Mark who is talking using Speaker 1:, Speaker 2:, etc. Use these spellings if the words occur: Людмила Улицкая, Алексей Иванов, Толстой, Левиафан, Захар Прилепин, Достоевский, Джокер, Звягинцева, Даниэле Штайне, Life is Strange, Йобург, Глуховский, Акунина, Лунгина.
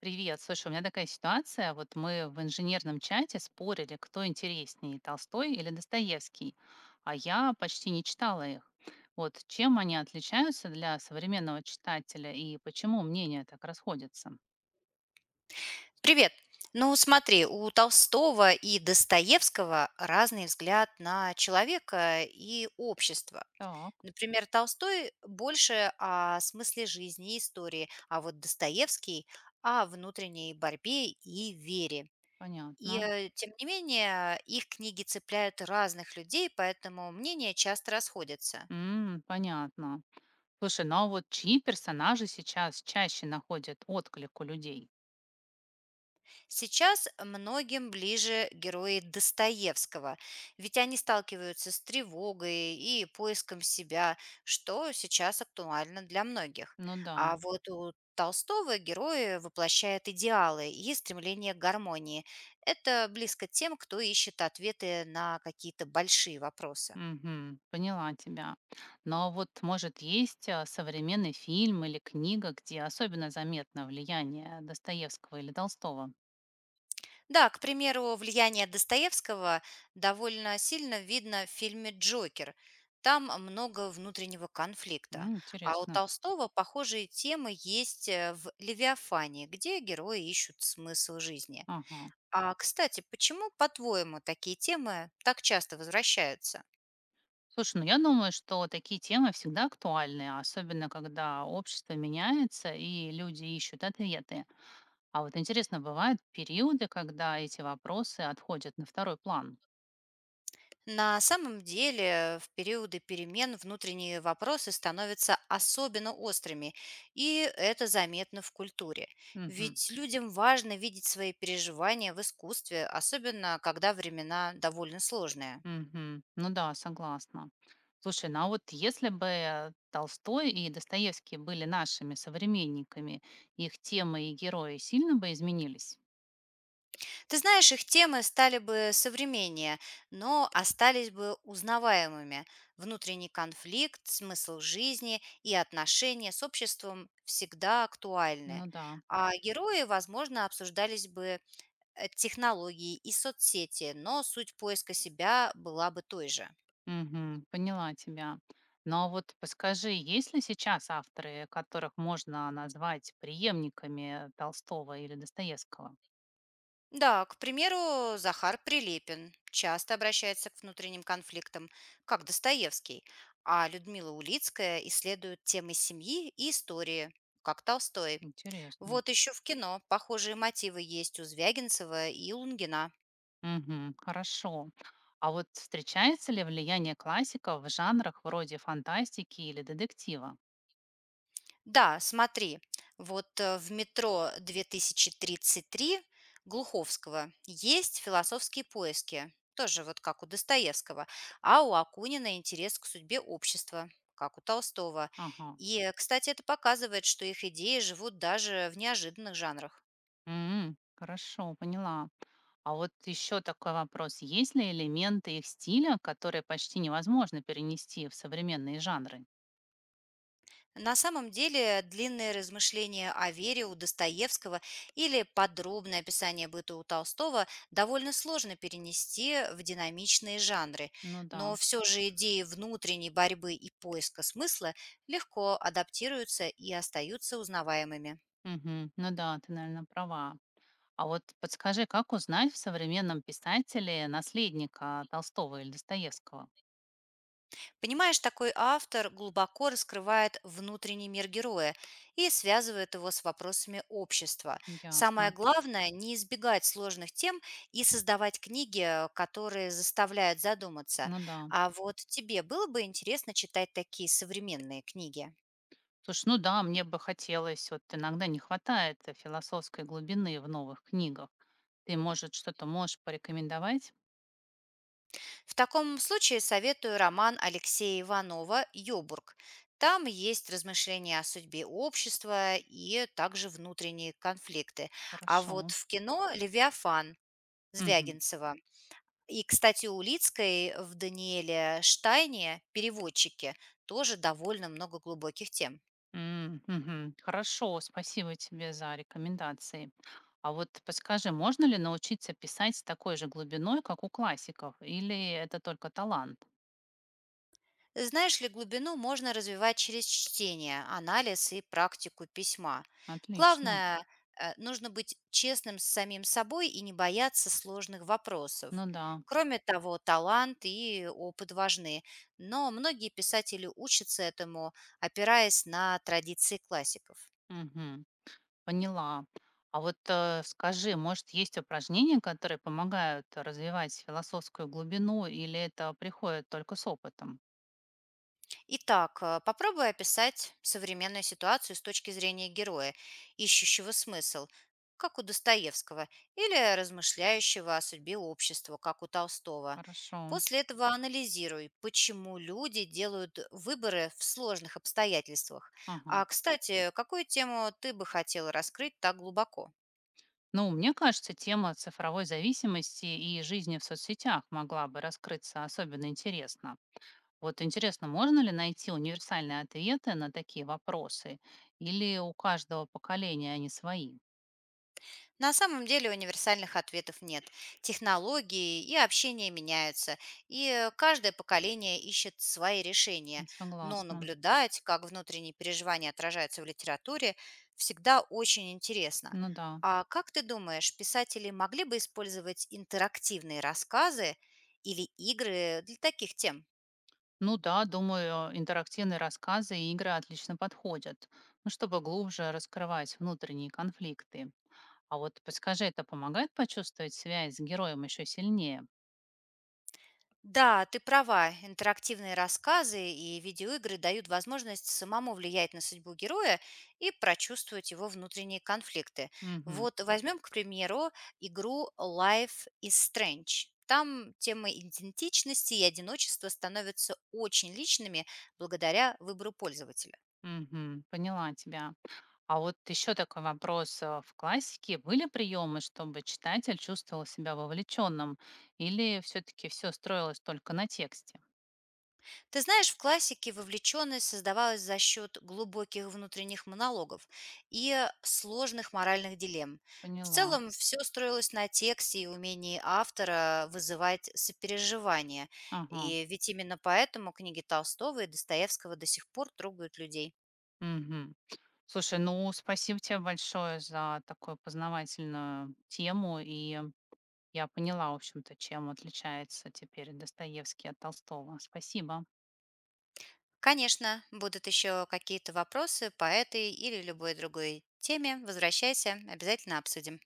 Speaker 1: Привет. Слушай, у меня такая ситуация. Вот мы в инженерном чате спорили, кто интереснее, Толстой или Достоевский, а я почти не читала их. Вот чем они отличаются для современного читателя и почему мнения так расходятся?
Speaker 2: Привет. Ну, смотри, у Толстого и Достоевского разный взгляд на человека и общество.
Speaker 1: Так,
Speaker 2: Например, Толстой больше о смысле жизни и истории, а вот Достоевский о внутренней борьбе и вере.
Speaker 1: понятно.
Speaker 2: Тем не менее, их книги цепляют разных людей, поэтому мнения часто расходятся.
Speaker 1: М, понятно. Слушай, ну а вот чьи персонажи сейчас чаще находят отклик у людей?
Speaker 2: Сейчас многим ближе герои Достоевского, ведь они сталкиваются с тревогой и поиском себя, что сейчас актуально для многих.
Speaker 1: Ну да.
Speaker 2: А вот у Толстого герои воплощают идеалы и стремление к гармонии. Это близко тем, кто ищет ответы на какие-то большие вопросы.
Speaker 1: Мгм. Поняла тебя. Но вот, может, есть современный фильм или книга, где особенно заметно влияние Достоевского или Толстого?
Speaker 2: Да, к примеру, влияние Достоевского довольно сильно видно в фильме «Джокер». Там много внутреннего конфликта.
Speaker 1: М,
Speaker 2: А у
Speaker 1: интересно.
Speaker 2: Толстого похожие темы есть в «Левиафане», где герои ищут смысл жизни.
Speaker 1: Ага.
Speaker 2: А, кстати, почему, по-твоему, такие темы так часто возвращаются?
Speaker 1: Слушай, ну я думаю, что такие темы всегда актуальны, особенно когда общество меняется и люди ищут ответы. А вот интересно, бывают периоды, когда эти вопросы отходят на второй план.
Speaker 2: На самом деле, в периоды перемен внутренние вопросы становятся особенно острыми, и это заметно в культуре.
Speaker 1: Мгм.
Speaker 2: Ведь людям важно видеть свои переживания в искусстве, особенно когда времена довольно сложные.
Speaker 1: Мгм. Ну да, согласна. Слушай, ну а вот если бы Толстой и Достоевский были нашими современниками, их темы и герои сильно бы изменились?
Speaker 2: Ты знаешь, их темы стали бы современнее, но остались бы узнаваемыми. Внутренний конфликт, смысл жизни и отношения с обществом всегда актуальны.
Speaker 1: Ну да.
Speaker 2: А герои, возможно, обсуждались бы технологии и соцсети, но суть поиска себя была бы той же.
Speaker 1: Мгм. Поняла тебя. Но вот подскажи, есть ли сейчас авторы, которых можно назвать преемниками Толстого или Достоевского?
Speaker 2: Да, к примеру, Захар Прилепин часто обращается к внутренним конфликтам, как Достоевский, а Людмила Улицкая исследует темы семьи и истории, как Толстой.
Speaker 1: Интересно.
Speaker 2: Вот еще в кино похожие мотивы есть у Звягинцева и Лунгина.
Speaker 1: Мгм. Хорошо. А вот встречается ли влияние классиков в жанрах вроде фантастики или детектива?
Speaker 2: Да, смотри, вот в метро 2033 Глуховского есть философские поиски, тоже вот как у Достоевского, а у Акунина интерес к судьбе общества, как у Толстого.
Speaker 1: Ага.
Speaker 2: Кстати, это показывает, что их идеи живут даже в неожиданных жанрах.
Speaker 1: М, хорошо, поняла. А вот еще такой вопрос. Есть ли элементы их стиля, которые почти невозможно перенести в современные жанры?
Speaker 2: На самом деле, длинные размышления о вере у Достоевского или подробное описание быта у Толстого довольно сложно перенести в динамичные жанры,
Speaker 1: Ну
Speaker 2: но
Speaker 1: да.
Speaker 2: все же идеи внутренней борьбы и поиска смысла легко адаптируются и остаются узнаваемыми.
Speaker 1: Мгм. Ну да, ты, наверное, права. А вот подскажи, как узнать в современном писателе наследника Толстого или Достоевского?
Speaker 2: Понимаешь, такой автор глубоко раскрывает внутренний мир героя и связывает его с вопросами общества.
Speaker 1: Ясно.
Speaker 2: Самое главное – не избегать сложных тем и создавать книги, которые заставляют задуматься.
Speaker 1: Ну да.
Speaker 2: А вот тебе было бы интересно читать такие современные книги?
Speaker 1: Слушай, ну да, мне бы хотелось, вот иногда не хватает философской глубины в новых книгах. Ты, может, что-то можешь порекомендовать?
Speaker 2: В таком случае советую роман Алексея Иванова «Йобург». Там есть размышления о судьбе общества и также внутренние конфликты. А вот
Speaker 1: Хорошо.
Speaker 2: в кино «Левиафан»
Speaker 1: Мгм.
Speaker 2: Звягинцева. И, кстати, у Улицкой в «Даниэле Штайне» переводчики тоже довольно много глубоких тем.
Speaker 1: М, мгм. Хорошо, спасибо тебе за рекомендации. А вот подскажи, можно ли научиться писать с такой же глубиной, как у классиков, или это только талант?
Speaker 2: Знаешь ли, глубину можно развивать через чтение, анализ и практику письма.
Speaker 1: Отлично.
Speaker 2: Главное, нужно быть честным с самим собой и не бояться сложных вопросов.
Speaker 1: Ну да.
Speaker 2: Кроме того, талант и опыт важны, но многие писатели учатся этому, опираясь на традиции классиков.
Speaker 1: Мгм. Поняла. А вот скажи, может, есть упражнения, которые помогают развивать философскую глубину, или это приходит только с опытом?
Speaker 2: Итак, попробуй описать современную ситуацию с точки зрения героя, ищущего смысл, как у Достоевского, или размышляющего о судьбе общества, как у Толстого.
Speaker 1: Хорошо.
Speaker 2: После этого анализируй, почему люди делают выборы в сложных обстоятельствах.
Speaker 1: Ага.
Speaker 2: А, кстати, какую тему ты бы хотела раскрыть так глубоко?
Speaker 1: Ну, мне кажется, тема цифровой зависимости и жизни в соцсетях могла бы раскрыться особенно интересно. Вот интересно, можно ли найти универсальные ответы на такие вопросы? Или у каждого поколения они свои?
Speaker 2: На самом деле универсальных ответов нет. Технологии и общение меняются, и каждое поколение ищет свои решения.
Speaker 1: Ну,
Speaker 2: Но
Speaker 1: согласна.
Speaker 2: наблюдать, как внутренние переживания отражаются в литературе, всегда очень интересно.
Speaker 1: Ну да.
Speaker 2: А как ты думаешь, писатели могли бы использовать интерактивные рассказы или игры для таких тем?
Speaker 1: Ну да, думаю, интерактивные рассказы и игры отлично подходят, ну, чтобы глубже раскрывать внутренние конфликты. А вот подскажи, это помогает почувствовать связь с героем еще сильнее?
Speaker 2: Да, ты права. Интерактивные рассказы и видеоигры дают возможность самому влиять на судьбу героя и прочувствовать его внутренние конфликты.
Speaker 1: Угу,
Speaker 2: Вот возьмем, к примеру, игру Life is Strange. Там темы идентичности и одиночества становятся очень личными благодаря выбору пользователя.
Speaker 1: угу, поняла тебя. А вот еще такой вопрос. В классике были приемы, чтобы читатель чувствовал себя вовлеченным? Или все-таки все строилось только на тексте?
Speaker 2: Ты знаешь, в классике вовлеченность создавалась за счет глубоких внутренних монологов и сложных моральных дилемм. В
Speaker 1: Поняла.
Speaker 2: целом все строилось на тексте и умении автора вызывать сопереживание.
Speaker 1: Ага.
Speaker 2: И ведь именно поэтому книги Толстого и Достоевского до сих пор трогают людей.
Speaker 1: Мгм. Слушай, ну спасибо тебе большое за такую познавательную тему. И я поняла, в общем-то, чем отличается теперь Достоевский от Толстого. Спасибо.
Speaker 2: Конечно, будут еще какие-то вопросы по этой или любой другой теме. Возвращайся, обязательно обсудим.